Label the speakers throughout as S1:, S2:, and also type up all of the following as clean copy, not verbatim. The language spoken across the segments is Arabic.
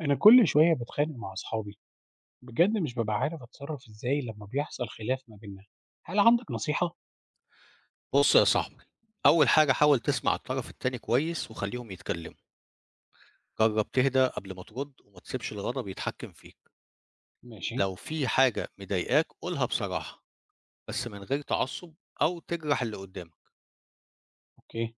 S1: أنا كل شوية بتخانق مع أصحابي. بجد مش ببقى عارف أتصرف إزاي لما بيحصل خلاف ما بيننا. هل عندك نصيحة؟
S2: بص يا صاحبي، أول حاجة حاول تسمع الطرف التاني كويس وخليهم يتكلموا. جرب تهدى قبل ما ترد وما تسيبش الغضب يتحكم فيك.
S1: ماشي.
S2: لو في حاجة مضايقاك قولها بصراحة، بس من غير تعصب أو تجرح اللي قدامك.
S1: أوكي.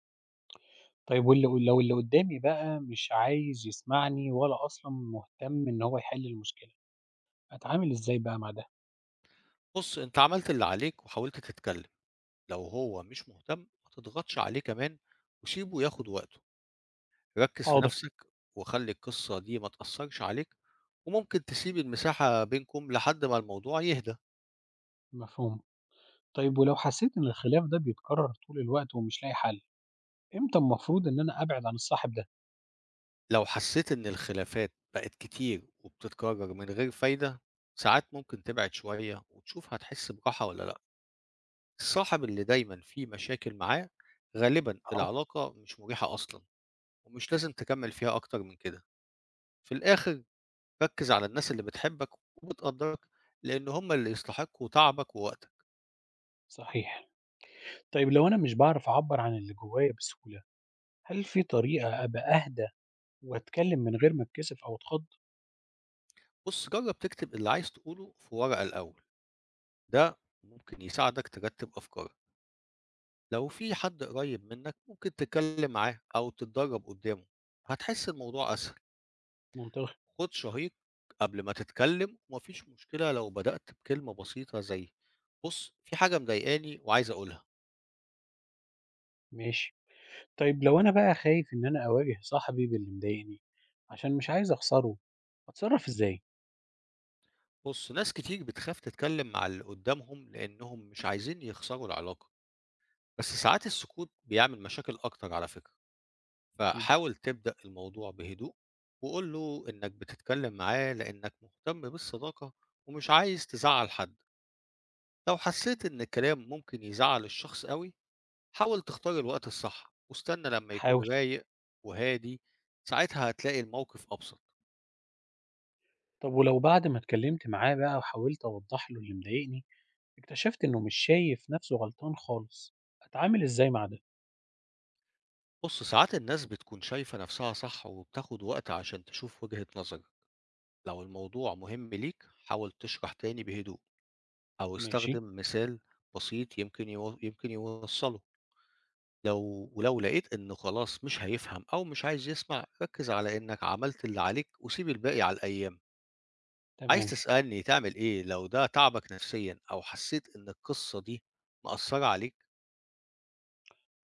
S1: طيب، واللي لو اللي قدامي بقى مش عايز يسمعني ولا أصلا مهتم إن هو يحل المشكلة، أتعامل إزاي بقى مع ده؟
S2: بص أنت عملت اللي عليك وحاولت تتكلم. لو هو مش مهتم ما تضغطش عليه كمان، وسيبه ياخد وقته، ركز في
S1: حاضر.
S2: نفسك، وخلي القصة دي ما تأثرش عليك. وممكن تسيب المساحة بينكم لحد ما الموضوع يهدى.
S1: مفهوم. طيب ولو حسيت إن الخلاف ده بيتكرر طول الوقت ومش لاقي حل، إمتى المفروض إن أنا أبعد عن الصاحب ده؟
S2: لو حسيت إن الخلافات بقت كتير وبتتكرر من غير فايدة، ساعات ممكن تبعد شوية وتشوف هتحس براحة ولا لأ. الصاحب اللي دايما فيه مشاكل معاه غالبا
S1: أهو.
S2: العلاقة مش مريحة أصلا، ومش لازم تكمل فيها أكتر من كده. في الآخر ركز على الناس اللي بتحبك وبتقدرك، لأن هم اللي يستحقوا تعبك ووقتك.
S1: صحيح. طيب لو أنا مش بعرف أعبر عن اللي جوايا بسهولة، هل في طريقة أبقى أهدى وأتكلّم من غير ما أتكسف أو أتخض؟
S2: بص جرب تكتب اللي عايز تقوله في ورقة الأول، ده ممكن يساعدك ترتب أفكارك. لو في حد قريب منك ممكن تتكلم معاه أو تتدرب قدامه، هتحس الموضوع أسهل.
S1: منطقي.
S2: خد شهيق قبل ما تتكلم، ومفيش مشكلة لو بدأت بكلمة بسيطة زي: بص في حاجة مضايقاني وعايز أقولها.
S1: ماشي. طيب لو أنا بقى خايف إن أنا أواجه صاحبي باللي مضايقني، عشان مش عايز أخسره، أتصرّف إزاي؟
S2: بص ناس كتير بتخاف تتكلم مع اللي قدامهم لأنهم مش عايزين يخسروا العلاقة، بس ساعات السكوت بيعمل مشاكل أكتر على فكرة.
S1: أكيد.
S2: فحاول تبدأ الموضوع بهدوء، وقول له إنك بتتكلم معاه لأنك مهتم بالصداقة ومش عايز تزعل حد. لو حسيت إن الكلام ممكن يزعل الشخص قوي، حاول تختار الوقت الصح واستنى لما
S1: هاحاول.
S2: يكون رايق وهادي، ساعتها هتلاقي الموقف أبسط.
S1: طب ولو بعد ما اتكلّمت معاه بقى وحاولت أوضّح له اللي مضايقني، اكتشفت إنه مش شايف نَفْسه غلطان خالص، أتعامل إزاي مع ده؟
S2: بص ساعات الناس بتكون شايفة نفسها صح وبتاخد وقت عشان تشوف وجهة نظر. لو الموضوع مهم ليك حاول تشرح تاني بهدوء، أو
S1: ماشي.
S2: استخدم مثال بسيط يمكن يمكن يوصله. لو لقيت إنه خلاص مش هيفهم أو مش عايز يسمع، ركز على إنك عملت اللي عليك وسيب الباقي على الأيام. عايز
S1: تمام.
S2: تسألني تعمل إيه لو ده تعبك نفسيًا أو حسيت إن القصة دي مأثّرة عليك؟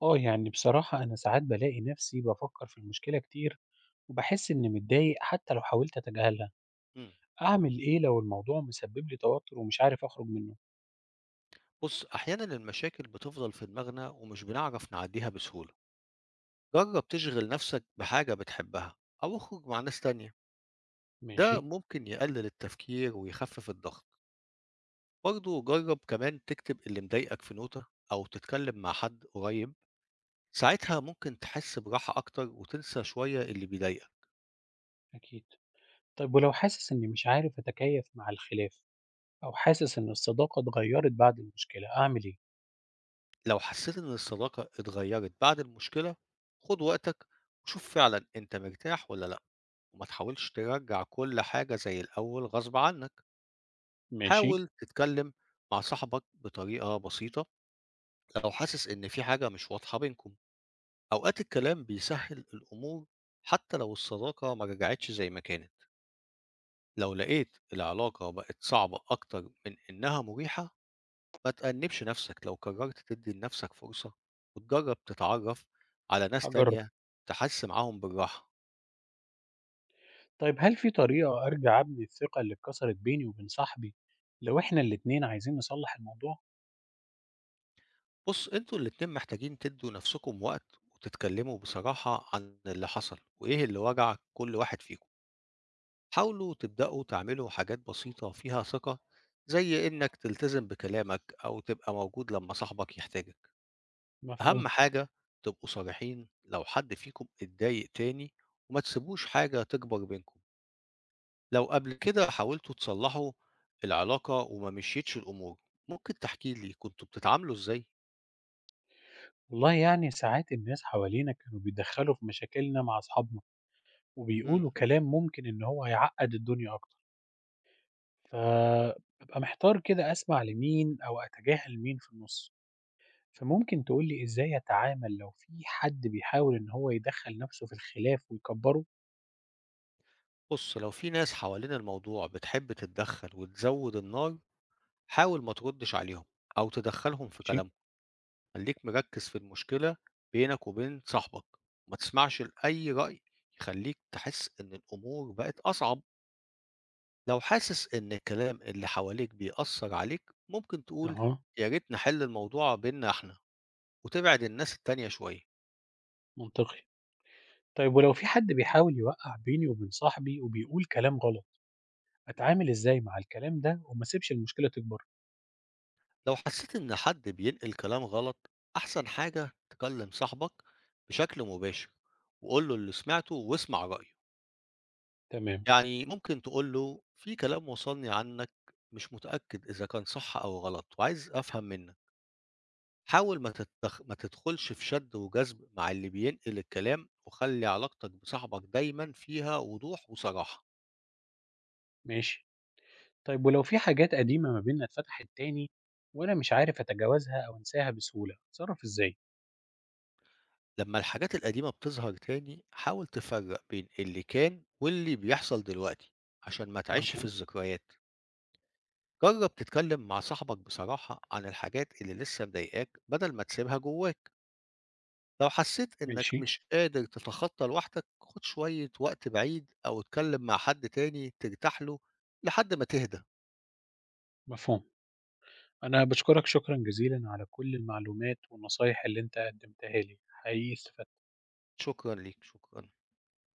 S1: آه، يعني بصراحة أنا ساعات بالاقي نَفْسي بافكّر في المشكلة كتير وباحس إنّي متضايق حتّى لو حاولت أتجاهلها.
S2: إمم.
S1: أعمل إيه لو الموضوع مسبّب لي توتُّر ومش عارف أخرج منّه؟
S2: بُص، أحيانًا المشاكل بتفضل في دماغنا ومش بنعرف نعدّيها بسهولة. جرّب تشغِل نفسك بحاجة بتحبها أو اخرج مع ناس تانية، ده
S1: ماشي.
S2: ممكن يقلل التفكير ويخفف الضغط. برضه جرّب كمان تكتب اللي مضايقك في نوتة أو تتكلم مع حد قريب، ساعتها ممكن تحس براحة أكتر وتنسى شوية اللي بيضايقك.
S1: أكيد. طيب ولو حاسس إني مش عارف أتكيّف مع الخلاف أو حاسس إن الصداقة اتغيّرت بعد المشكلة، أعمل إيه؟
S2: لو حسيت إن الصداقة اتغيرت بعد المشكلة، خد وقتك وشوف فعلا أنت مرتاح ولا لأ، وما تحاولش ترجع كل حاجة زي الأول غصب عنك.
S1: ماشي.
S2: حاول تتكلم مع صاحبك بطريقة بسيطة لو حاسس إن في حاجة مش واضحة بينكم، أوقات الكلام بيسهل الأمور حتى لو الصداقة ما رجعتش زي ما كانت. لو لقيت العلاقة بقت صعبة أكتر من إنها مريحة، ما تأنِّبش نَفْسك، لو قرّرت تدّي لنَفْسك فرصة وتجرّب تتعرّف على ناس
S1: هاجرّب.
S2: تانية تحس معاهم بالراحة.
S1: طيب هل في طريقة أرجع أبني الثقة اللي اتكسرت بيني وبين صاحبي لو إحنا الاتنين عايزين نصلّح الموضوع؟
S2: بُص، أنتم الاتنين محتاجين تدّوا نَفْسكم وقت وتتكلّموا بصراحة عن اللي حصل وإيه اللي وجَع كل واحد فيكم. حاولوا تبدأوا تعملوا حاجات بسيطة فيها ثقة، زي إنّك تلتزم بكلامك أو تبقى موجود لمّا صاحبك يحتاجك.
S1: مفهوم.
S2: أهم حاجة تبقوا صريحين لو حد فيكم اتضايق تاني، وما تسيبوش حاجة تكبر بينكم. لو قبل كده حاولتوا تصلحوا العلاقة وما مشيتش الأمور، ممكن تحكي لي كنتوا بتتعاملوا إزاي؟
S1: والله يعني ساعات الناس حوالينا كانوا بيتدخّلوا في مشاكلنا مع أصحابنا
S2: إمم.
S1: وبيقولوا كلام ممكن إن هو يعقّد الدنيا أكتر، فبابقى محتار كده أسمع لمين أو أتجاهل مين في النُص. فممكن تقول لي إزاي أتعامل لو في حد بيحاول إن هو يدخّل نَفْسه في الخلاف ويكبّره؟
S2: بُص، لو في ناس حوالين الموضوع بتحب تتدخل وتزود النار، حاول ما تردش عليهم أو تدخلهم في
S1: ماشي.
S2: كلامهم، خليك مركز في المشكلة بينك وبين صاحبك، ما تسمعش لأي رأي يخليك تحس إن الأمور بقت أصعب. لو حاسس إن الكلام اللي حواليك بيأثر عليك، ممكن تقول:
S1: أها.
S2: يا ريت نحل الموضوع بيننا إحنا، وتبعد الناس التانية شوية.
S1: منطقي. طيب ولو في حد بيحاول يوقّع بيني وبين صاحبي وبيقول كلام غلط، أتعامل إزاي مع الكلام ده وما أسيبش المشكلة تكبر؟
S2: لو حسيت إن حد بينقل كلام غلط، أحسن حاجة تكلم صاحبك بشكل مباشر وقول له اللي سمعته واسمع رأيه.
S1: تمام.
S2: يعني ممكن تقول له: في كلام وصلني عنك مش متأكد إذا كان صح أو غلط وعايز أفهم منك. حاول ما تدخلش في شد وجذب مع اللي بينقل الكلام، وخلي علاقتك بصاحبك دايما فيها وضوح وصراحة.
S1: ماشي. طيب ولو في حاجات قديمة ما بيننا اتفتحت تاني وأنا مش عارف أتجاوزها أو أنساها بسهولة، أتصرّف إزاي؟
S2: لما الحاجات القديمة بتظهر تاني حاول تفرق بين اللي كان واللي بيحصل دلوقتي، عشان ما
S1: أها.
S2: تعيش في الذكريات. جرب تتكلم مع صاحبك بصراحة عن الحاجات اللي لسه مضايقاك بدل ما تسيبها جواك. لو حسيت انك
S1: ماشي.
S2: مش قادر تتخطى لوحدك خد شوية وقت بعيد او اتكلم مع حد تاني ترتاح له، لحد ما تهدى.
S1: مفهوم. أنا باشكرك شكرًا جزيلًا على كل المعلومات والنصايح اللي أنت قدّمتها لي، حقيقي استفدت.
S2: شكرا ليك، شكرا.